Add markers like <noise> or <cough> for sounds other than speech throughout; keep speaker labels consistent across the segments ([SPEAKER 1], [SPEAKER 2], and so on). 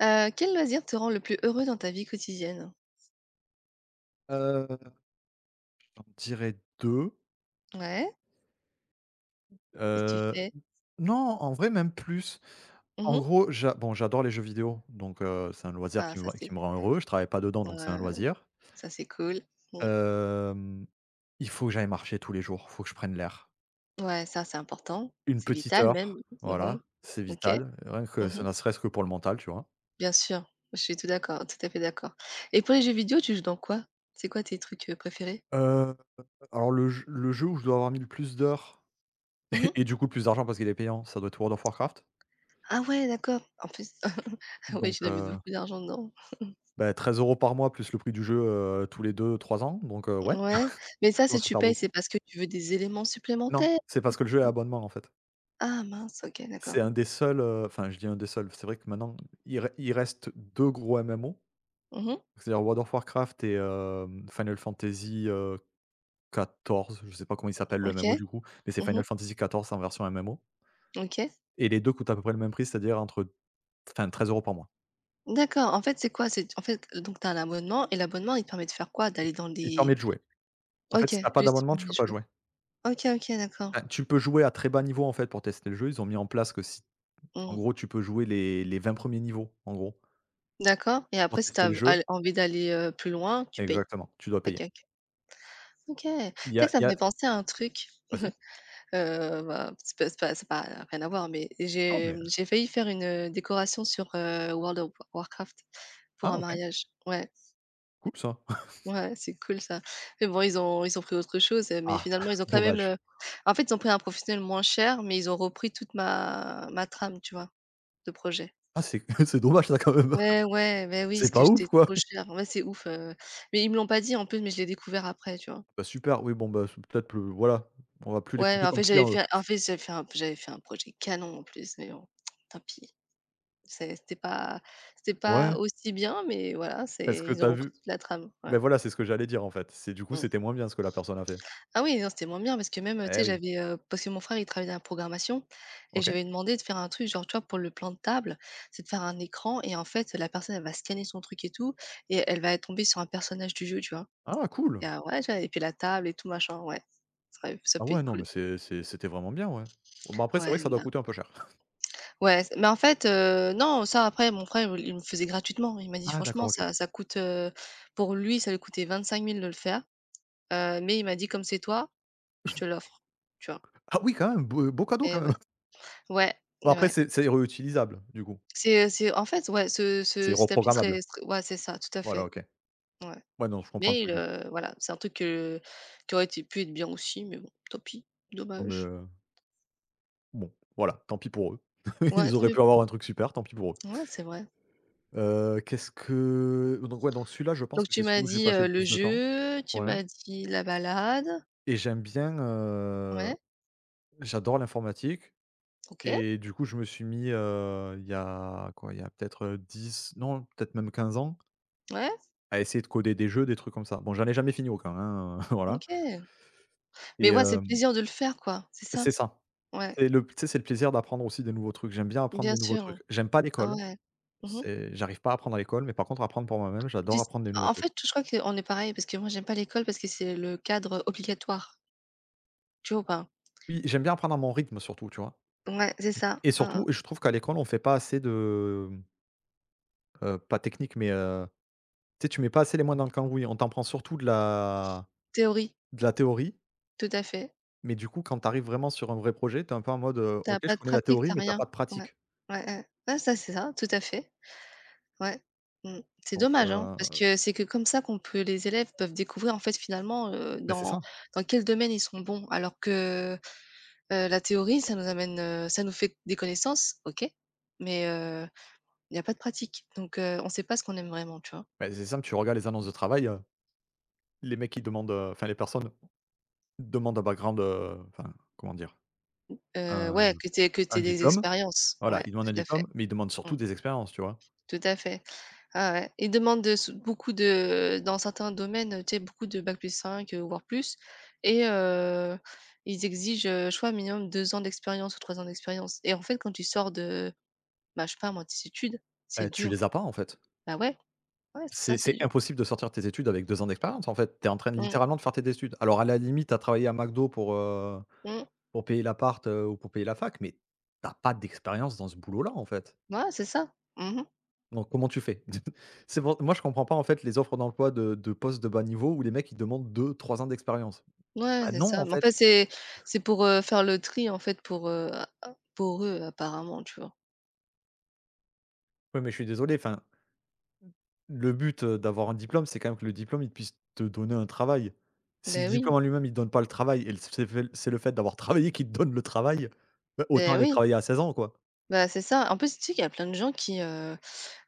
[SPEAKER 1] Quel loisir te rend le plus heureux dans ta vie quotidienne?
[SPEAKER 2] Heu, J'en dirais deux.
[SPEAKER 1] Ouais, qu'est-ce que tu
[SPEAKER 2] heu,
[SPEAKER 1] fais?
[SPEAKER 2] non, en vrai même plus. En
[SPEAKER 1] Mmh.
[SPEAKER 2] gros, j'a bon, j'adore les jeux vidéo, donc c'est un loisir
[SPEAKER 1] Ah
[SPEAKER 2] qui me
[SPEAKER 1] ça
[SPEAKER 2] rend qui
[SPEAKER 1] c'est
[SPEAKER 2] me rend heureux. Je travaille pas dedans,
[SPEAKER 1] ouais, ouais,
[SPEAKER 2] donc c'est un
[SPEAKER 1] ouais,
[SPEAKER 2] loisir.
[SPEAKER 1] ça c'est cool. Mmh.
[SPEAKER 2] Hem, il faut que j'aille marcher tous les jours, faut que je prenne l'air.
[SPEAKER 1] Ouais, ça c'est important,
[SPEAKER 2] Une
[SPEAKER 1] c'est
[SPEAKER 2] petite
[SPEAKER 1] vital même.
[SPEAKER 2] heure,
[SPEAKER 1] Mmh.
[SPEAKER 2] voilà, c'est
[SPEAKER 1] OK.
[SPEAKER 2] vital, rien que
[SPEAKER 1] Mmh.
[SPEAKER 2] ça ne serait-ce que pour le mental, tu vois?
[SPEAKER 1] Bien sûr, je suis tout d'accord, tout à fait d'accord. Et pour les jeux vidéo, tu joues dans quoi? C'est quoi tes trucs, préférés?
[SPEAKER 2] Heu, alors le jeu où je dois avoir mis le plus d'heures <laughs>
[SPEAKER 1] Mmh.
[SPEAKER 2] et du coup le plus d'argent parce qu'il est payant, ça doit être World of Warcraft,
[SPEAKER 1] Ah ouais, d'accord. En plus, <laughs> ah ouais,
[SPEAKER 2] donc
[SPEAKER 1] tu dois mettre beaucoup d'argent dedans.
[SPEAKER 2] bah, 13 euros par mois plus le prix du jeu, tous les deux trois ans, donc ouais, ça
[SPEAKER 1] Ouais, mais ça, si
[SPEAKER 2] commence à
[SPEAKER 1] tu
[SPEAKER 2] faire
[SPEAKER 1] payes, c'est
[SPEAKER 2] beaucoup.
[SPEAKER 1] parce que tu veux des éléments
[SPEAKER 2] Non,
[SPEAKER 1] supplémentaires?
[SPEAKER 2] c'est parce que le jeu est à abonnement, en fait.
[SPEAKER 1] Ah mince, OK, d'accord.
[SPEAKER 2] C'est un des seuls, enfin, je dis un des seuls, c'est vrai que maintenant il reste 2 gros MMO,
[SPEAKER 1] Mmh.
[SPEAKER 2] c'est-à-dire World of Warcraft et Final Fantasy, 14, je sais pas comment il s'appelle le MMO
[SPEAKER 1] OK.
[SPEAKER 2] du coup, mais c'est Final
[SPEAKER 1] Mmh.
[SPEAKER 2] Fantasy 14 en version MMO
[SPEAKER 1] OK.
[SPEAKER 2] et les 2 coûtent à peu près le même prix, c'est-à-dire entre enfin 13 euros par mois.
[SPEAKER 1] D'accord, en fait, c'est quoi? C'est en fait, donc tu as un abonnement et l'abonnement, il te permet de faire quoi?
[SPEAKER 2] Il
[SPEAKER 1] D'aller dans
[SPEAKER 2] il te
[SPEAKER 1] des...
[SPEAKER 2] permet de jouer. En fait,
[SPEAKER 1] OK,
[SPEAKER 2] si t'as pas
[SPEAKER 1] juste, il te
[SPEAKER 2] d'abonnement, tu
[SPEAKER 1] permet
[SPEAKER 2] peux
[SPEAKER 1] de
[SPEAKER 2] pas
[SPEAKER 1] jouer.
[SPEAKER 2] jouer.
[SPEAKER 1] OK, OK, d'accord.
[SPEAKER 2] Enfin, tu peux jouer à très bas niveau, en fait, pour tester le jeu. Ils ont mis en place que si en
[SPEAKER 1] Mmh.
[SPEAKER 2] gros, tu peux jouer les 20 premiers niveaux, en gros,
[SPEAKER 1] D'accord, et après,
[SPEAKER 2] pour
[SPEAKER 1] si tu
[SPEAKER 2] tester
[SPEAKER 1] as
[SPEAKER 2] le jeu.
[SPEAKER 1] al envie d'aller, plus loin, tu payes?
[SPEAKER 2] Exactement, tu dois
[SPEAKER 1] OK,
[SPEAKER 2] payer.
[SPEAKER 1] OK. OK. Tu sais
[SPEAKER 2] Il y
[SPEAKER 1] que
[SPEAKER 2] a
[SPEAKER 1] ça
[SPEAKER 2] il y
[SPEAKER 1] me
[SPEAKER 2] a
[SPEAKER 1] fait penser à un truc,
[SPEAKER 2] vas-y.
[SPEAKER 1] <laughs> bah, c'est pas rien à voir, mais
[SPEAKER 2] Non,
[SPEAKER 1] j'ai,
[SPEAKER 2] mais
[SPEAKER 1] mmh, j'ai failli faire une, décoration sur, World of Warcraft pour
[SPEAKER 2] ah
[SPEAKER 1] un
[SPEAKER 2] OK,
[SPEAKER 1] mariage. Ouais.
[SPEAKER 2] cool ça. <laughs>
[SPEAKER 1] Ouais, c'est cool ça. Mais bon, ils ont pris autre chose, mais
[SPEAKER 2] Ah,
[SPEAKER 1] finalement, ils
[SPEAKER 2] <laughs>
[SPEAKER 1] ont quand même,
[SPEAKER 2] dommage.
[SPEAKER 1] heu, en fait, ils ont pris un professionnel moins cher, mais ils ont repris toute ma trame, tu vois, de projet.
[SPEAKER 2] Ah, c'est <laughs> c'est dommage ça, quand même.
[SPEAKER 1] Ouais,
[SPEAKER 2] <laughs>
[SPEAKER 1] ouais, ben oui,
[SPEAKER 2] C'est
[SPEAKER 1] parce que
[SPEAKER 2] pas ouf,
[SPEAKER 1] j'étais
[SPEAKER 2] quoi.
[SPEAKER 1] trop cher. Ouais, c'est ouf, mais ils me l'ont pas dit en plus, mais je l'ai découvert après, tu vois?
[SPEAKER 2] Bah, super, oui, bon, bah, c'est peut-être plus. Voilà, on va plus les
[SPEAKER 1] Ouais,
[SPEAKER 2] compter
[SPEAKER 1] en
[SPEAKER 2] comme
[SPEAKER 1] fait, j'avais
[SPEAKER 2] clients, eux.
[SPEAKER 1] fait en fait, j'avais fait un projet canon en plus, mais bon, tant pis. C'est c'était pas c'était pas
[SPEAKER 2] Ouais,
[SPEAKER 1] aussi bien, mais voilà,
[SPEAKER 2] est-ce
[SPEAKER 1] c'est
[SPEAKER 2] que
[SPEAKER 1] ils ont
[SPEAKER 2] t'as
[SPEAKER 1] repris
[SPEAKER 2] vu?
[SPEAKER 1] toute la trame, ouais.
[SPEAKER 2] Beh, voilà, c'est ce que j'allais dire, en fait. C'est du coup,
[SPEAKER 1] Mmh.
[SPEAKER 2] c'était moins bien ce que la personne a fait.
[SPEAKER 1] Ah oui, non, c'était moins bien parce que même, tu
[SPEAKER 2] Eh
[SPEAKER 1] sais,
[SPEAKER 2] oui.
[SPEAKER 1] parce que mon frère, il travaillait dans la programmation, et
[SPEAKER 2] OK.
[SPEAKER 1] j'avais demandé de faire un truc, genre, tu vois, pour le plan de table, c'est de faire un écran, et en fait, la personne, elle va scanner son truc et tout, et elle va tomber sur un personnage du jeu, tu vois?
[SPEAKER 2] Ah
[SPEAKER 1] Et
[SPEAKER 2] cool!
[SPEAKER 1] ah ouais, j'ai et puis la table et tout machin, ouais. Ça
[SPEAKER 2] Ah
[SPEAKER 1] peut
[SPEAKER 2] ouais,
[SPEAKER 1] être
[SPEAKER 2] non,
[SPEAKER 1] cool.
[SPEAKER 2] mais c'est c'était vraiment bien, ouais. Bon, bah, après, c'est
[SPEAKER 1] Ouais,
[SPEAKER 2] vrai que ça doit
[SPEAKER 1] là,
[SPEAKER 2] coûter un peu cher.
[SPEAKER 1] ouais, c mais en fait, non, ça... après mon frère, il me faisait gratuitement. Il m'a dit:
[SPEAKER 2] Ah
[SPEAKER 1] «Franchement,
[SPEAKER 2] d'accord, OK.
[SPEAKER 1] ça coûte» pour lui, ça lui coûtait 25000 de le faire, mais il m'a dit: «Comme c'est toi, je te l'offre», tu vois?
[SPEAKER 2] Ah oui, quand même, beau beau cadeau,
[SPEAKER 1] Et
[SPEAKER 2] quand
[SPEAKER 1] ouais.
[SPEAKER 2] même.
[SPEAKER 1] Ouais,
[SPEAKER 2] Bon après
[SPEAKER 1] ouais.
[SPEAKER 2] c'est réutilisable du coup?
[SPEAKER 1] C'est en fait, ouais, ce
[SPEAKER 2] C'est
[SPEAKER 1] ce cette appli serait
[SPEAKER 2] reprogrammable?
[SPEAKER 1] serait ouais, c'est ça, tout à
[SPEAKER 2] Voilà
[SPEAKER 1] fait,
[SPEAKER 2] OK.
[SPEAKER 1] ouais.
[SPEAKER 2] Ouais non, je comprends le
[SPEAKER 1] Mais
[SPEAKER 2] truc du coup.
[SPEAKER 1] voilà, c'est un truc, que qui aurait été pu être bien aussi, mais bon, tant pis,
[SPEAKER 2] Non mais,
[SPEAKER 1] dommage.
[SPEAKER 2] bon voilà, tant pis pour eux. <laughs>
[SPEAKER 1] Ouais,
[SPEAKER 2] Ils
[SPEAKER 1] tant
[SPEAKER 2] auraient
[SPEAKER 1] pis
[SPEAKER 2] pu
[SPEAKER 1] pour
[SPEAKER 2] avoir un
[SPEAKER 1] eux.
[SPEAKER 2] truc super, tant pis pour eux.
[SPEAKER 1] Ouais, c'est vrai.
[SPEAKER 2] Qu'est-ce que donc Ouais, donc celui-là je pense
[SPEAKER 1] Donc
[SPEAKER 2] que
[SPEAKER 1] tu
[SPEAKER 2] c'est
[SPEAKER 1] m'as
[SPEAKER 2] celui où j'ai
[SPEAKER 1] dit,
[SPEAKER 2] passé
[SPEAKER 1] heu,
[SPEAKER 2] le
[SPEAKER 1] le
[SPEAKER 2] plus de temps.
[SPEAKER 1] jeu, tu
[SPEAKER 2] Ouais
[SPEAKER 1] m'as dit la balade.
[SPEAKER 2] et j'aime bien,
[SPEAKER 1] Ouais,
[SPEAKER 2] j'adore l'informatique
[SPEAKER 1] OK,
[SPEAKER 2] et du coup je me suis mis, il y a quoi? Il y a peut-être, 10 non peut-être même 15 ans
[SPEAKER 1] ouais,
[SPEAKER 2] à essayer de coder des jeux, des trucs comme ça. Bon j'en ai jamais fini aucun, hein, <laughs> voilà
[SPEAKER 1] OK. Mais
[SPEAKER 2] et
[SPEAKER 1] ouais, c'est le
[SPEAKER 2] hem
[SPEAKER 1] plaisir de le faire, quoi, c'est
[SPEAKER 2] c'est
[SPEAKER 1] ça?
[SPEAKER 2] ça.
[SPEAKER 1] Ouais,
[SPEAKER 2] C'est le Tu sais, c'est le plaisir d'apprendre aussi des nouveaux trucs. J'aime bien apprendre
[SPEAKER 1] bien
[SPEAKER 2] des nouveaux
[SPEAKER 1] sûr.
[SPEAKER 2] trucs. J'aime pas
[SPEAKER 1] Ah
[SPEAKER 2] l'école,
[SPEAKER 1] ouais. Mmh.
[SPEAKER 2] c'est j'arrive pas à apprendre à l'école, mais par contre apprendre pour moi-même,
[SPEAKER 1] Tu
[SPEAKER 2] j'adore
[SPEAKER 1] s
[SPEAKER 2] apprendre des nouveaux
[SPEAKER 1] en
[SPEAKER 2] trucs.
[SPEAKER 1] fait, je crois qu'on est pareil parce que moi, j'aime pas l'école parce que c'est le cadre obligatoire. Tu vois ou pas?
[SPEAKER 2] Oui, j'aime bien apprendre à mon rythme surtout, tu vois?
[SPEAKER 1] Ouais, c'est ça.
[SPEAKER 2] Et
[SPEAKER 1] Mmh.
[SPEAKER 2] surtout, je trouve qu'à l'école, on fait pas assez de, pas technique, mais, tu sais, tu mets pas assez les mains dans le cambouis. On t'apprend surtout de la
[SPEAKER 1] Théorie,
[SPEAKER 2] de la théorie,
[SPEAKER 1] tout à fait.
[SPEAKER 2] mais du coup, quand t'arrives vraiment sur un vrai projet, t'es un peu en mode,
[SPEAKER 1] Tu as
[SPEAKER 2] «OK, je
[SPEAKER 1] pas de
[SPEAKER 2] connais la
[SPEAKER 1] pratique, tu
[SPEAKER 2] théorie,
[SPEAKER 1] as
[SPEAKER 2] mais t'as
[SPEAKER 1] rien.
[SPEAKER 2] pas de
[SPEAKER 1] Ouais.
[SPEAKER 2] pratique».
[SPEAKER 1] Ouais, ouais. Ouais, ça, c'est ça, tout à fait. Ouais. Mmh. C'est
[SPEAKER 2] Donc,
[SPEAKER 1] dommage, hein, parce que c'est que comme ça qu'on peut les élèves peuvent découvrir, en fait, finalement,
[SPEAKER 2] beh, c'est
[SPEAKER 1] dans
[SPEAKER 2] ça.
[SPEAKER 1] quel domaine ils sont bons. Alors que, la théorie, ça nous fait des connaissances, OK, mais, il y a pas de pratique. Donc, on ne sait pas ce qu'on aime vraiment, tu vois?
[SPEAKER 2] Ben c'est simple, tu regardes les annonces de travail, les mecs qui demandent, enfin les personnes demande un background, enfin, comment dire? Un
[SPEAKER 1] Ouais, que tu que
[SPEAKER 2] un
[SPEAKER 1] tu des
[SPEAKER 2] diplôme.
[SPEAKER 1] expériences.
[SPEAKER 2] Voilà,
[SPEAKER 1] Ouais,
[SPEAKER 2] il demande un
[SPEAKER 1] tout à fait.
[SPEAKER 2] diplôme, mais il demande
[SPEAKER 1] Mmh,
[SPEAKER 2] surtout des expériences, tu vois?
[SPEAKER 1] tout à fait. Ah ouais, ils demandent de sou beaucoup de dans certains domaines, tu sais, beaucoup de bac plus cinq, voire plus, et ils exigent, je crois, minimum 2 ans d'expérience ou 3 ans d'expérience, et en fait, quand tu sors de, bah, je sais pas moi, tes études, c'est
[SPEAKER 2] Beh, tu
[SPEAKER 1] dur.
[SPEAKER 2] les as pas, en fait.
[SPEAKER 1] Bah ouais, ouais, c'est ça,
[SPEAKER 2] C'est
[SPEAKER 1] c'est
[SPEAKER 2] c'est
[SPEAKER 1] dur.
[SPEAKER 2] impossible de sortir tes études avec 2 ans d'expérience, en fait. Tu es en train de
[SPEAKER 1] Mmh,
[SPEAKER 2] littéralement de faire tes études. Alors à la limite, tu as travaillé à McDo pour,
[SPEAKER 1] mmh,
[SPEAKER 2] pour payer l'appart, ou pour payer la fac, mais t'as pas d'expérience dans ce boulot-là, en fait.
[SPEAKER 1] ouais, c'est ça. Mmh.
[SPEAKER 2] Donc comment tu fais? <laughs> C'est pour Moi je comprends pas, en fait, les offres d'emploi de postes de bas niveau où les mecs ils demandent 2, 3 ans d'expérience.
[SPEAKER 1] Ouais,
[SPEAKER 2] Bah
[SPEAKER 1] c'est
[SPEAKER 2] non,
[SPEAKER 1] ça.
[SPEAKER 2] en
[SPEAKER 1] Mais en
[SPEAKER 2] fait.
[SPEAKER 1] fait, c'est pour, faire le tri, en fait, pour, a a pour eux apparemment, tu vois?
[SPEAKER 2] Oui, mais je suis désolé, enfin, le but, d'avoir un diplôme, c'est quand même que le diplôme, il puisse te donner un travail. Si le
[SPEAKER 1] Ben oui,
[SPEAKER 2] diplôme en lui-même, il te donne pas le travail et le c'est fait c'est le fait d'avoir <laughs> travaillé qui te donne le travail, bah, autant
[SPEAKER 1] ben
[SPEAKER 2] aller
[SPEAKER 1] oui,
[SPEAKER 2] travailler à 16 ans, quoi.
[SPEAKER 1] bah, c'est ça. En plus, tu sais qu'il y a plein de gens qui, heu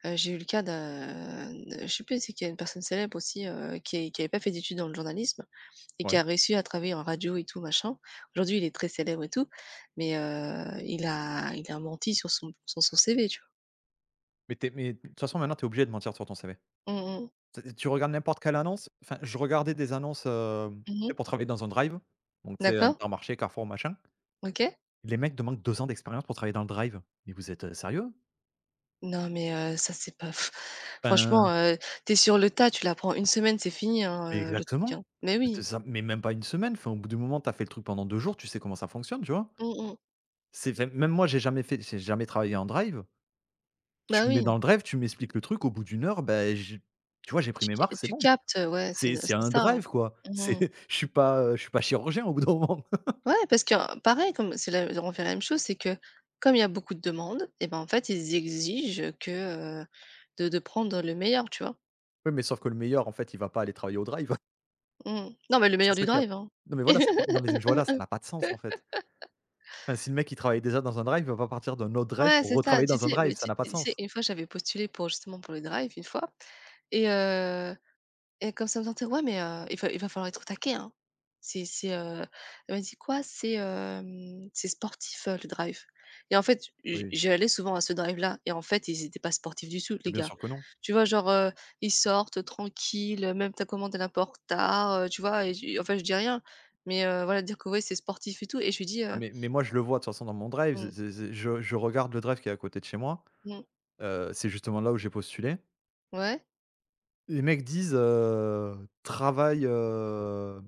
[SPEAKER 1] Heu, J'ai eu le cas d'un je sais plus, c'est qu'il y a une personne célèbre aussi, qui n'avait pas fait d'études dans le journalisme et qui
[SPEAKER 2] Ouais.
[SPEAKER 1] a réussi à travailler en radio et tout machin. Aujourd'hui, il est très célèbre et tout, mais il a menti sur son CV, tu
[SPEAKER 2] Mais tu mais de toute façon maintenant tu es obligé de mentir sur ton CV.
[SPEAKER 1] vois? Mmh mh.
[SPEAKER 2] Tu regardes n'importe quelle annonce? Enfin, je regardais des annonces, tu sais,
[SPEAKER 1] Mmh.
[SPEAKER 2] pour travailler dans un drive, donc tu sais,
[SPEAKER 1] D'accord,
[SPEAKER 2] Intermarché, Carrefour, machin.
[SPEAKER 1] OK.
[SPEAKER 2] Les mecs demandent 2 ans d'expérience pour travailler dans le drive. Mais vous êtes, sérieux?
[SPEAKER 1] Non, mais ça c'est pas, pff, franchement,
[SPEAKER 2] Enfin
[SPEAKER 1] heu, tu, sur le tas, tu l'apprends une semaine, c'est fini,
[SPEAKER 2] mais
[SPEAKER 1] hein, le truc, hein.
[SPEAKER 2] exactement.
[SPEAKER 1] Mais
[SPEAKER 2] C'était
[SPEAKER 1] oui.
[SPEAKER 2] ça mais même pas une semaine, enfin, au bout du moment, tu as fait le truc pendant 2 jours, tu sais comment ça fonctionne, tu vois?
[SPEAKER 1] Mmh mh.
[SPEAKER 2] C'est enfin, même moi, j'ai jamais travaillé en drive.
[SPEAKER 1] Bah
[SPEAKER 2] Tu me mets
[SPEAKER 1] oui,
[SPEAKER 2] dans le drive, tu m'expliques le truc, au bout d'1 heure, ben, j'ai tu vois, j'ai pris
[SPEAKER 1] tu
[SPEAKER 2] mes
[SPEAKER 1] ca
[SPEAKER 2] marques, c'est
[SPEAKER 1] tu
[SPEAKER 2] bon.
[SPEAKER 1] captes, ouais, c'est
[SPEAKER 2] C'est
[SPEAKER 1] c'est
[SPEAKER 2] un
[SPEAKER 1] ça, hein.
[SPEAKER 2] drive, quoi. C'est
[SPEAKER 1] Mmh.
[SPEAKER 2] <laughs> je suis pas chirurgien au bout d'un moment.
[SPEAKER 1] Ouais, parce que, pareil, comme c'est la on fait la même chose, c'est que comme il y a beaucoup de demandes, et ben, en fait, ils exigent que, de prendre le meilleur, tu vois?
[SPEAKER 2] Oui, mais sauf que le meilleur, en fait, il va pas aller travailler au drive.
[SPEAKER 1] Mmh. Non, mais le
[SPEAKER 2] C'est
[SPEAKER 1] meilleur du
[SPEAKER 2] ça qui a
[SPEAKER 1] drive, hein.
[SPEAKER 2] Non mais voilà, c'est pas non
[SPEAKER 1] <laughs>
[SPEAKER 2] mais voilà, ça n'a pas de sens en fait. Enfin, si le mec il travaille déjà dans un drive, il va pas partir d'un autre drive
[SPEAKER 1] Ouais,
[SPEAKER 2] pour
[SPEAKER 1] c'est ça.
[SPEAKER 2] retravailler
[SPEAKER 1] Tu
[SPEAKER 2] dans un
[SPEAKER 1] sais,
[SPEAKER 2] drive,
[SPEAKER 1] mais
[SPEAKER 2] ça
[SPEAKER 1] tu
[SPEAKER 2] n'a pas de
[SPEAKER 1] tu sais,
[SPEAKER 2] sens.
[SPEAKER 1] une fois, j'avais postulé pour, justement, pour le drive, une fois, et euh, et comme ça me sentait... ouais, mais il va falloir être au taquet, hein. C'est c'est, heu, elle m'a dit: «Quoi? C'est sportif, le drive», et en fait,
[SPEAKER 2] Oui.
[SPEAKER 1] j'y souvent à ce drive-là, et en fait, ils étaient pas sportifs du tout,
[SPEAKER 2] Mais
[SPEAKER 1] les
[SPEAKER 2] bien
[SPEAKER 1] gars.
[SPEAKER 2] sûr que non.
[SPEAKER 1] Tu vois, genre, ils sortent tranquilles, même ta commande, elle apporte tard, tu vois? Et j en fait, je dis rien, mais voilà, dire que, ouais, c'est sportif et tout, et je lui dis:
[SPEAKER 2] Ah mais moi je le vois de toute façon dans mon drive,
[SPEAKER 1] «Mmh,
[SPEAKER 2] c'est je regarde le drive qui est à côté de chez moi,
[SPEAKER 1] mmh,
[SPEAKER 2] c'est justement là où j'ai postulé.
[SPEAKER 1] ouais,
[SPEAKER 2] Les mecs disent, travail,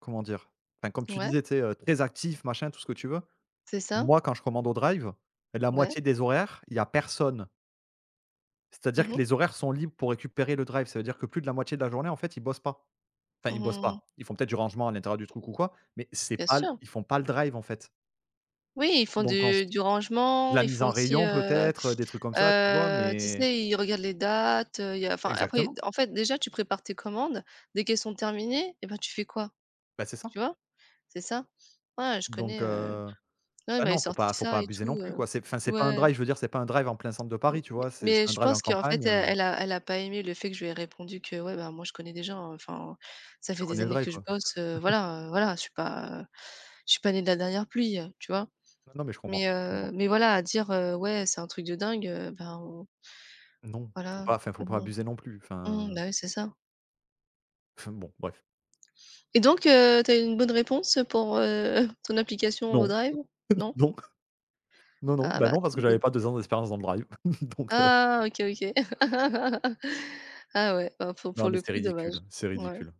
[SPEAKER 2] comment dire? Enfin comme tu
[SPEAKER 1] ouais,
[SPEAKER 2] disais, tu sais, très actif, machin, tout ce que tu veux.
[SPEAKER 1] c'est ça,
[SPEAKER 2] Moi, quand je commande au drive, la
[SPEAKER 1] ouais,
[SPEAKER 2] moitié des horaires, il y a personne. C'est-à-dire
[SPEAKER 1] mmh
[SPEAKER 2] que
[SPEAKER 1] mh,
[SPEAKER 2] les horaires sont libres pour récupérer le drive. Ça veut dire que plus de la moitié de la journée, en fait, ils bossent pas. Enfin, ils bossent
[SPEAKER 1] mmh
[SPEAKER 2] pas. Ils font peut-être du rangement à l'intérieur du truc ou quoi, mais c'est
[SPEAKER 1] bien
[SPEAKER 2] pas l
[SPEAKER 1] sûr».
[SPEAKER 2] ils font pas le drive, en fait.
[SPEAKER 1] Oui, ils font
[SPEAKER 2] Donc en s
[SPEAKER 1] du
[SPEAKER 2] De
[SPEAKER 1] rangement,
[SPEAKER 2] la
[SPEAKER 1] ils
[SPEAKER 2] mise
[SPEAKER 1] font
[SPEAKER 2] en
[SPEAKER 1] aussi,
[SPEAKER 2] rayon
[SPEAKER 1] heu
[SPEAKER 2] peut-être, des trucs comme ça, tu vois?
[SPEAKER 1] Heu, tu
[SPEAKER 2] Mais
[SPEAKER 1] sais, ils regardent les dates, il y a enfin après,
[SPEAKER 2] exactement,
[SPEAKER 1] en fait, déjà tu prépares tes commandes, dès qu'elles sont terminées, et ben, tu fais quoi?
[SPEAKER 2] bah, c'est ça.
[SPEAKER 1] Tu vois? C'est ça. Ouais, je
[SPEAKER 2] Donc
[SPEAKER 1] connais, ouais, elle
[SPEAKER 2] ah
[SPEAKER 1] m'avait
[SPEAKER 2] non, faut
[SPEAKER 1] sorti
[SPEAKER 2] pas faut pas
[SPEAKER 1] ça et
[SPEAKER 2] abuser
[SPEAKER 1] tout,
[SPEAKER 2] non plus,
[SPEAKER 1] heu,
[SPEAKER 2] quoi. C'est enfin, c'est pas un
[SPEAKER 1] ouais,
[SPEAKER 2] drive, je veux dire, c'est pas un drive en plein centre de
[SPEAKER 1] mais
[SPEAKER 2] Paris, tu vois? C'est un
[SPEAKER 1] je
[SPEAKER 2] drive en
[SPEAKER 1] pense qu'en fait,
[SPEAKER 2] campagne,
[SPEAKER 1] heu, elle a pas aimé le fait que je lui ai répondu que: «Ouais, bah, moi, je connais déjà, hein, enfin, ça
[SPEAKER 2] tu
[SPEAKER 1] fait des
[SPEAKER 2] connais le
[SPEAKER 1] années que
[SPEAKER 2] drive,
[SPEAKER 1] je
[SPEAKER 2] quoi.
[SPEAKER 1] bosse, voilà, voilà, je suis pas née de la dernière pluie», tu vois?
[SPEAKER 2] Non, non, mais je
[SPEAKER 1] Mais
[SPEAKER 2] comprends, je
[SPEAKER 1] heu,
[SPEAKER 2] comprends.
[SPEAKER 1] mais voilà, à dire: «Ouais, c'est un truc de dingue», ben,
[SPEAKER 2] Non, faut
[SPEAKER 1] voilà,
[SPEAKER 2] pas enfin,
[SPEAKER 1] heu,
[SPEAKER 2] faut pas
[SPEAKER 1] non.
[SPEAKER 2] abuser non plus,
[SPEAKER 1] Mmh,
[SPEAKER 2] enfin
[SPEAKER 1] bah, oui, c'est ça.
[SPEAKER 2] enfin, <laughs> bon, bref.
[SPEAKER 1] Et donc, tu... une bonne réponse pour, <laughs> ton application au
[SPEAKER 2] Non,
[SPEAKER 1] Drive?
[SPEAKER 2] <laughs>
[SPEAKER 1] Non?
[SPEAKER 2] non. Non, non,
[SPEAKER 1] Ah
[SPEAKER 2] bah,
[SPEAKER 1] bah,
[SPEAKER 2] non parce que j'avais
[SPEAKER 1] donc,
[SPEAKER 2] pas 2 ans d'expérience dans le drive <laughs> donc
[SPEAKER 1] ah, OK, OK. <laughs> Ah ouais, bah, pour
[SPEAKER 2] non mais
[SPEAKER 1] le coup,
[SPEAKER 2] c'est
[SPEAKER 1] dommage.
[SPEAKER 2] ridicule, c'est
[SPEAKER 1] Ouais.
[SPEAKER 2] ridicule.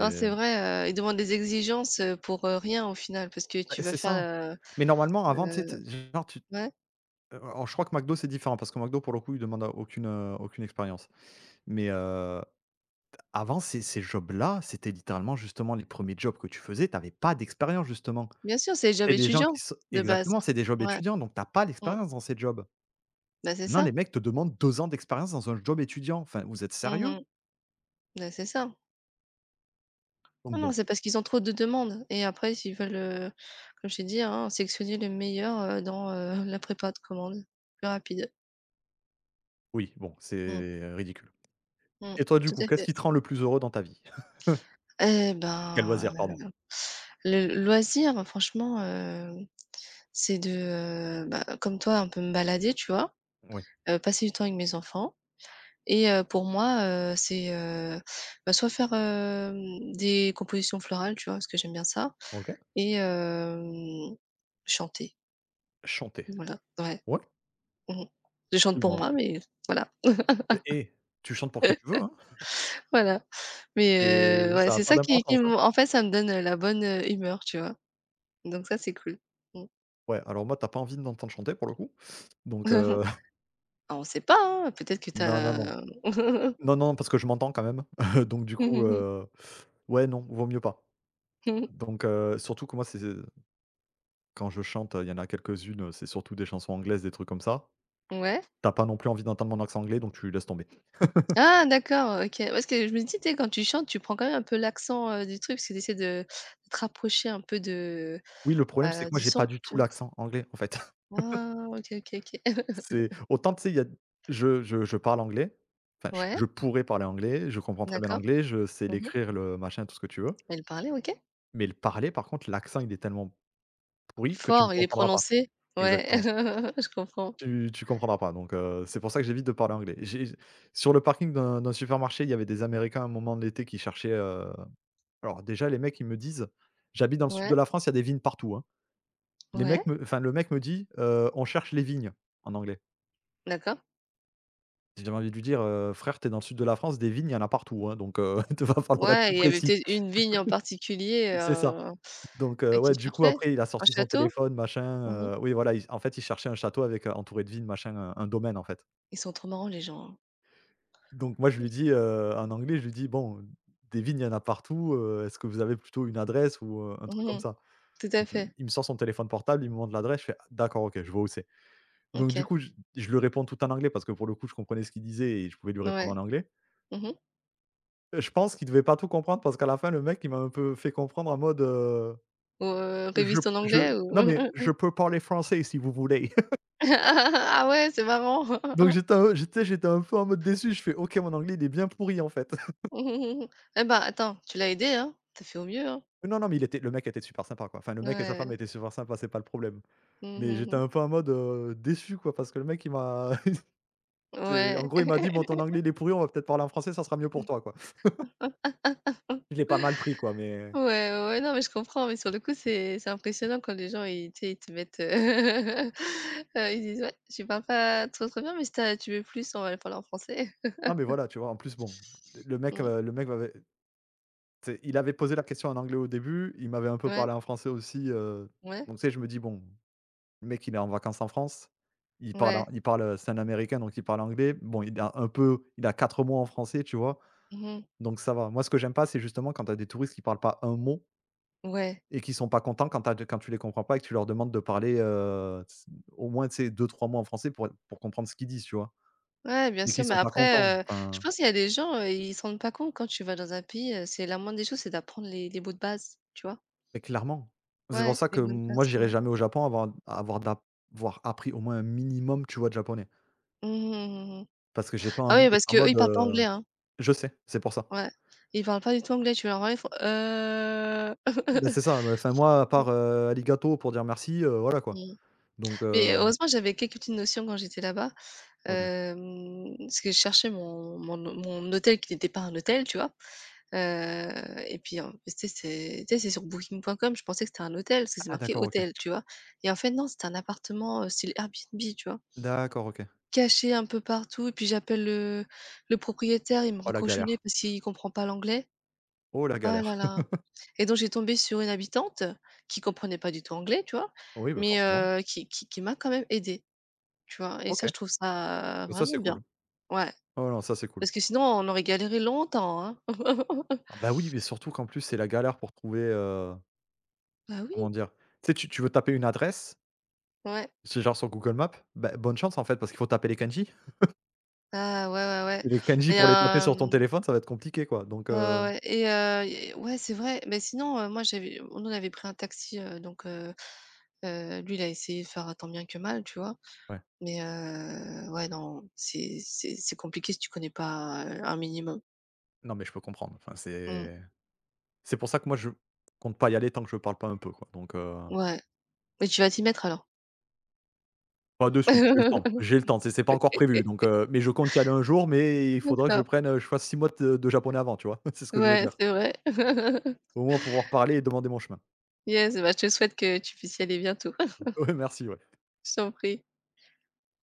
[SPEAKER 1] Non, c'est vrai, ils demandent des exigences, pour, rien au final parce que
[SPEAKER 2] bah,
[SPEAKER 1] tu vas
[SPEAKER 2] c'est
[SPEAKER 1] faire,
[SPEAKER 2] ça.
[SPEAKER 1] la.
[SPEAKER 2] Mais normalement avant tu sais tu
[SPEAKER 1] Le
[SPEAKER 2] genre tu
[SPEAKER 1] Ouais,
[SPEAKER 2] alors je crois que McDo c'est différent parce que McDo pour le coup ils demandent a aucune, aucune expérience. Mais avant ces jobs là, c'était littéralement justement les premiers jobs que tu faisais, tu avais pas d'expérience justement.
[SPEAKER 1] bien sûr, c'est les jobs
[SPEAKER 2] C'est des gens
[SPEAKER 1] étudiants
[SPEAKER 2] qui se
[SPEAKER 1] de base.
[SPEAKER 2] Exactement, c'est des jobs
[SPEAKER 1] Ouais,
[SPEAKER 2] étudiants donc tu as pas
[SPEAKER 1] mmh,
[SPEAKER 2] l'expérience dans ces jobs.
[SPEAKER 1] bah, c'est
[SPEAKER 2] Maintenant les
[SPEAKER 1] ça.
[SPEAKER 2] mecs te demandent 2 ans d'expérience dans un job étudiant. Enfin, vous êtes sérieux?
[SPEAKER 1] Mmh. Bah, c'est ça. Non,
[SPEAKER 2] Donc
[SPEAKER 1] non,
[SPEAKER 2] bon,
[SPEAKER 1] c'est parce qu'ils ont trop de demandes, et après s'ils veulent, comme je t'ai dit, hein, sélectionner le meilleur, dans, la prépa de commande, plus rapide.
[SPEAKER 2] oui, bon,
[SPEAKER 1] Mmh,
[SPEAKER 2] c'est ridicule.
[SPEAKER 1] mmh,
[SPEAKER 2] Et toi, du
[SPEAKER 1] tout
[SPEAKER 2] coup,
[SPEAKER 1] à
[SPEAKER 2] qu'est-ce
[SPEAKER 1] fait.
[SPEAKER 2] qui te rend le plus heureux dans ta vie?
[SPEAKER 1] Eh ben,
[SPEAKER 2] Quel loisir, pardon?
[SPEAKER 1] le loisir, franchement, c'est de, bah, comme toi, un peu me balader, tu vois?
[SPEAKER 2] Oui.
[SPEAKER 1] Passer du temps avec mes enfants, et pour moi, c'est, bah, soit faire, des compositions florales, tu vois? Parce que j'aime bien ça,
[SPEAKER 2] OK.
[SPEAKER 1] et chanter,
[SPEAKER 2] Chanter.
[SPEAKER 1] voilà, ouais.
[SPEAKER 2] Ouais.
[SPEAKER 1] Mmh. Je chante
[SPEAKER 2] Oui, mais
[SPEAKER 1] pour
[SPEAKER 2] en
[SPEAKER 1] moi,
[SPEAKER 2] plus
[SPEAKER 1] mais voilà,
[SPEAKER 2] mais tu chantes pour qui tu veux, hein.
[SPEAKER 1] voilà. Mais
[SPEAKER 2] C'est
[SPEAKER 1] ouais,
[SPEAKER 2] ça a
[SPEAKER 1] c'est
[SPEAKER 2] pas
[SPEAKER 1] ça qui
[SPEAKER 2] d'importance, hein.
[SPEAKER 1] me en fait, ça me donne, la bonne, humeur, tu vois? Donc ça, c'est cool. Mmh.
[SPEAKER 2] Ouais, alors moi, tu as pas envie de m'entendre chanter pour le coup, donc
[SPEAKER 1] <laughs>
[SPEAKER 2] <laughs>
[SPEAKER 1] Ah, on sait pas, hein, peut-être que tu
[SPEAKER 2] non, non, non.
[SPEAKER 1] as...
[SPEAKER 2] Non, non, parce que je m'entends quand même, <laughs> donc du coup,
[SPEAKER 1] <laughs>
[SPEAKER 2] ouais, non, vaut mieux pas. Donc surtout que moi, c'est quand je chante, il y en a quelques-unes, c'est surtout des chansons anglaises, des trucs comme ça.
[SPEAKER 1] ouais?
[SPEAKER 2] Tu as pas non plus envie d'entendre mon accent anglais, donc tu laisses tomber.
[SPEAKER 1] Ah d'accord, OK. Parce que je me dis, tu sais, quand tu chantes, tu prends quand même un peu l'accent, du truc, parce que tu essaies de te rapprocher un peu de,
[SPEAKER 2] Oui, le problème, c'est
[SPEAKER 1] bah,
[SPEAKER 2] que moi,
[SPEAKER 1] du
[SPEAKER 2] j'ai pas
[SPEAKER 1] son,
[SPEAKER 2] du
[SPEAKER 1] tu
[SPEAKER 2] tout
[SPEAKER 1] vois?
[SPEAKER 2] l'accent anglais, en fait.
[SPEAKER 1] Ah, OK, OK, OK. <laughs>
[SPEAKER 2] C'est autant, tu sais, il y a je parle anglais, enfin, je
[SPEAKER 1] Ouais,
[SPEAKER 2] je pourrais parler anglais, je comprends très bien
[SPEAKER 1] d'accord.
[SPEAKER 2] l'anglais, je sais
[SPEAKER 1] Mmh mh.
[SPEAKER 2] l'écrire, le machin, tout ce que tu veux.
[SPEAKER 1] Elle parlait, OK.
[SPEAKER 2] Mais le parler, par contre, l'accent, il est tellement pourri que tu ne me
[SPEAKER 1] Fort, il est
[SPEAKER 2] comprendras pas.
[SPEAKER 1] prononcé. Ouais,
[SPEAKER 2] Exactement.
[SPEAKER 1] <laughs> je comprends.
[SPEAKER 2] Tu comprendras pas, donc c'est pour ça que j'évite de parler anglais. J'ai Sur le parking d'un supermarché, il y avait des Américains, à un moment de l'été, qui cherchaient, alors déjà, les mecs, ils me disent j'habite dans le sud
[SPEAKER 1] Ouais.
[SPEAKER 2] de la France, il y a des vignes partout, hein. Les mecs
[SPEAKER 1] Ouais,
[SPEAKER 2] me enfin, le mec me dit, «On cherche les vignes», en anglais.
[SPEAKER 1] d'accord.
[SPEAKER 2] J'ai envie de lui dire, «Frère, t'es dans le sud de la France, des vignes, il y en a partout, hein, donc <laughs> il va falloir être
[SPEAKER 1] Ouais,
[SPEAKER 2] plus
[SPEAKER 1] il y avait
[SPEAKER 2] précis».
[SPEAKER 1] peut-être une vigne en particulier,
[SPEAKER 2] C'est ça.
[SPEAKER 1] heu,
[SPEAKER 2] Donc
[SPEAKER 1] à qui
[SPEAKER 2] ouais, du coup,
[SPEAKER 1] cherchait?
[SPEAKER 2] après, il a
[SPEAKER 1] Un
[SPEAKER 2] sorti son
[SPEAKER 1] château?
[SPEAKER 2] téléphone, machin,
[SPEAKER 1] Mmh.
[SPEAKER 2] oui, voilà, il en fait, il cherchait un château avec, entouré de vignes, machin, un domaine, en fait.
[SPEAKER 1] Ils sont trop marrants les gens, hein.
[SPEAKER 2] Donc moi, je lui dis, en anglais, je lui dis: «Bon, des vignes, il y en a partout, est-ce que vous avez plutôt une adresse?» ou un truc comme
[SPEAKER 1] Mmh.
[SPEAKER 2] ça.
[SPEAKER 1] Tout à
[SPEAKER 2] Donc l
[SPEAKER 1] fait.
[SPEAKER 2] il me sort son téléphone portable, il me montre l'adresse, je fais: «Ah d'accord, OK, je vois où c'est». Donc du
[SPEAKER 1] OK.
[SPEAKER 2] coup, je lui réponds tout en anglais parce que, pour le coup, je comprenais ce qu'il disait et je pouvais lui répondre
[SPEAKER 1] Ouais.
[SPEAKER 2] en anglais.
[SPEAKER 1] Mmh.
[SPEAKER 2] Je pense qu'il devait pas tout comprendre parce qu'à la fin, le mec, il m'a un peu fait comprendre en mode,
[SPEAKER 1] Ou, révise ton
[SPEAKER 2] Je
[SPEAKER 1] anglais ou
[SPEAKER 2] Non mais je
[SPEAKER 1] <laughs>
[SPEAKER 2] peux parler français si vous voulez». <laughs>
[SPEAKER 1] ah ouais, c'est marrant.
[SPEAKER 2] Donc
[SPEAKER 1] <laughs>
[SPEAKER 2] j'étais un peu en mode déçu, je fais: «OK, mon anglais, il est bien pourri, en fait». <laughs>
[SPEAKER 1] Mmh. Mmh. Eh ben, attends, tu l'as aidé, hein. T'as fait au mieux, hein.
[SPEAKER 2] Non, non, mais il était le mec était super sympa, quoi. Enfin, le mec et sa femme
[SPEAKER 1] Ouais.
[SPEAKER 2] étaient super sympas, c'est pas le problème. Mais j'étais
[SPEAKER 1] Mmh.
[SPEAKER 2] un peu en mode, déçu, quoi, parce que le mec, il m'a <laughs> c'est en
[SPEAKER 1] Ouais.
[SPEAKER 2] gros, il m'a dit: «Bon, ton anglais, il est pourri, on va peut-être parler en français, ça sera mieux pour toi»,
[SPEAKER 1] <laughs>
[SPEAKER 2] quoi. Je l'ai pas mal pris, quoi, mais
[SPEAKER 1] Ouais, ouais, ouais, non, mais je comprends, mais sur le coup, c'est impressionnant quand les gens, ils, tu sais, ils te mettent, <laughs> ils disent: «Ouais, tu parles pas trop, trop bien, mais si tu veux plus, on va parler en français». <laughs>
[SPEAKER 2] non, mais voilà, tu vois? En plus, bon, le mec,
[SPEAKER 1] Mmh.
[SPEAKER 2] heu, le mec m'avait tu sais, il avait posé la question en anglais au début, il m'avait un peu
[SPEAKER 1] Ouais,
[SPEAKER 2] parlé en français aussi,
[SPEAKER 1] ouais,
[SPEAKER 2] donc tu sais, je me dis: «Bon, le mec, il est en vacances en France, il parle en
[SPEAKER 1] ouais.
[SPEAKER 2] il parle, c'est un américain, donc il parle anglais. Bon, il a 4 mots en français», tu vois?
[SPEAKER 1] Mmh.
[SPEAKER 2] Donc ça va. Moi, ce que j'aime pas, c'est justement quand tu as des touristes qui parlent pas un mot
[SPEAKER 1] Ouais.
[SPEAKER 2] et qui sont pas contents quand tu les comprends pas et que tu leur demandes de parler, au moins, tu sais, 2-3 mots en français pour comprendre ce qu'ils disent, tu vois?
[SPEAKER 1] Ouais, bien
[SPEAKER 2] Et qui
[SPEAKER 1] sûr, mais
[SPEAKER 2] sont pas contents,
[SPEAKER 1] après, je
[SPEAKER 2] enfin
[SPEAKER 1] pense qu'il y a des gens, ils se rendent pas compte quand tu vas dans un pays, c'est la moindre des choses, c'est d'apprendre les mots de base, tu vois?
[SPEAKER 2] mais clairement. C'est pour
[SPEAKER 1] Ouais,
[SPEAKER 2] ça
[SPEAKER 1] les
[SPEAKER 2] que
[SPEAKER 1] mots de
[SPEAKER 2] moi,
[SPEAKER 1] base.
[SPEAKER 2] j'irai
[SPEAKER 1] Mmh.
[SPEAKER 2] jamais au Japon avant avoir d'a avoir appris au moins un minimum, tu vois, de japonais.
[SPEAKER 1] Mmh mh, mmh mmh.
[SPEAKER 2] Parce que j'ai pas
[SPEAKER 1] Ah
[SPEAKER 2] envie
[SPEAKER 1] oui,
[SPEAKER 2] d'être
[SPEAKER 1] parce
[SPEAKER 2] en
[SPEAKER 1] qu'eux, ils
[SPEAKER 2] mode,
[SPEAKER 1] parlent pas anglais, hein.
[SPEAKER 2] je sais, c'est pour ça.
[SPEAKER 1] Ouais. Ils parlent pas du tout anglais, tu vas leur parler, ils font».
[SPEAKER 2] Ben
[SPEAKER 1] Mmh.
[SPEAKER 2] c'est ça,
[SPEAKER 1] <laughs>
[SPEAKER 2] bah, enfin moi, à part, arigato pour dire merci, voilà quoi. Donc
[SPEAKER 1] Mais heureusement, j'avais quelques petites notions quand j'étais là-bas,
[SPEAKER 2] OK.
[SPEAKER 1] hem, parce que je cherchais mon hôtel qui n'était pas un hôtel, tu vois? Heu et puis, en tu sais, c'est... tu sais, c'est sur booking.com, je pensais que c'était un hôtel, parce que c'est
[SPEAKER 2] Ah
[SPEAKER 1] marqué
[SPEAKER 2] d'accord, OK.
[SPEAKER 1] «hôtel», tu vois? Et en fait, non, c'était un appartement, style Airbnb, tu vois?
[SPEAKER 2] D'accord, OK.
[SPEAKER 1] Caché un peu partout, et puis j'appelle le propriétaire, il me
[SPEAKER 2] Oh la
[SPEAKER 1] raccroche au nez
[SPEAKER 2] galère.
[SPEAKER 1] parce qu'il comprend pas l'anglais.
[SPEAKER 2] Oh la
[SPEAKER 1] Ah
[SPEAKER 2] galère.
[SPEAKER 1] là là, et donc j'ai tombé sur une habitante qui comprenait pas du tout anglais, tu vois?
[SPEAKER 2] Oui, bah,
[SPEAKER 1] Mais
[SPEAKER 2] forcément.
[SPEAKER 1] qui m'a quand même aidée. Tu vois? Et ça,
[SPEAKER 2] OK.
[SPEAKER 1] je trouve ça
[SPEAKER 2] Bah, ça
[SPEAKER 1] vraiment
[SPEAKER 2] c'est
[SPEAKER 1] bien.
[SPEAKER 2] cool.
[SPEAKER 1] Ouais,
[SPEAKER 2] Oh non, ça c'est cool.
[SPEAKER 1] parce que sinon on aurait galéré longtemps, hein. <laughs>
[SPEAKER 2] Ah bah, oui, mais surtout qu'en plus, c'est la galère pour trouver,
[SPEAKER 1] Bah oui,
[SPEAKER 2] comment dire? Tu sais, tu veux taper une adresse,
[SPEAKER 1] ouais.
[SPEAKER 2] c'est genre sur Google Maps, bah, bonne chance en fait parce qu'il faut taper les kanji.
[SPEAKER 1] Ah ouais, ouais, ouais,
[SPEAKER 2] Les kanji
[SPEAKER 1] et
[SPEAKER 2] pour les taper sur ton téléphone, ça va être compliqué, quoi, donc
[SPEAKER 1] ouais, ouais, ouais, et ouais, c'est vrai. Mais sinon, moi, j'avais on en avait pris un taxi, donc lui, il a essayé de faire tant bien que mal, tu vois?
[SPEAKER 2] ouais.
[SPEAKER 1] Mais ouais, non, c'est compliqué si tu connais pas, un minimum.
[SPEAKER 2] Non, mais je peux comprendre, enfin,
[SPEAKER 1] Mmh,
[SPEAKER 2] c'est pour ça que moi, je compte pas y aller tant que je parle pas un peu, quoi, donc
[SPEAKER 1] ouais. Mais tu vas t'y mettre alors.
[SPEAKER 2] pas de suite,
[SPEAKER 1] <laughs>
[SPEAKER 2] j'ai le temps, c'est pas encore prévu, donc mais je compte y aller un jour, mais il faudra que je
[SPEAKER 1] D'accord.
[SPEAKER 2] prenne, heu, je fasse 6 mois de japonais avant, tu vois? <laughs> C'est ce que je veux
[SPEAKER 1] Ouais,
[SPEAKER 2] dire.
[SPEAKER 1] c'est vrai. <laughs>
[SPEAKER 2] Au moins pouvoir parler et demander mon chemin.
[SPEAKER 1] Yes, bah, je te souhaite que tu puisses y aller bientôt. <laughs>
[SPEAKER 2] <laughs> Ouais, merci, ouais.
[SPEAKER 1] Je t'en prie.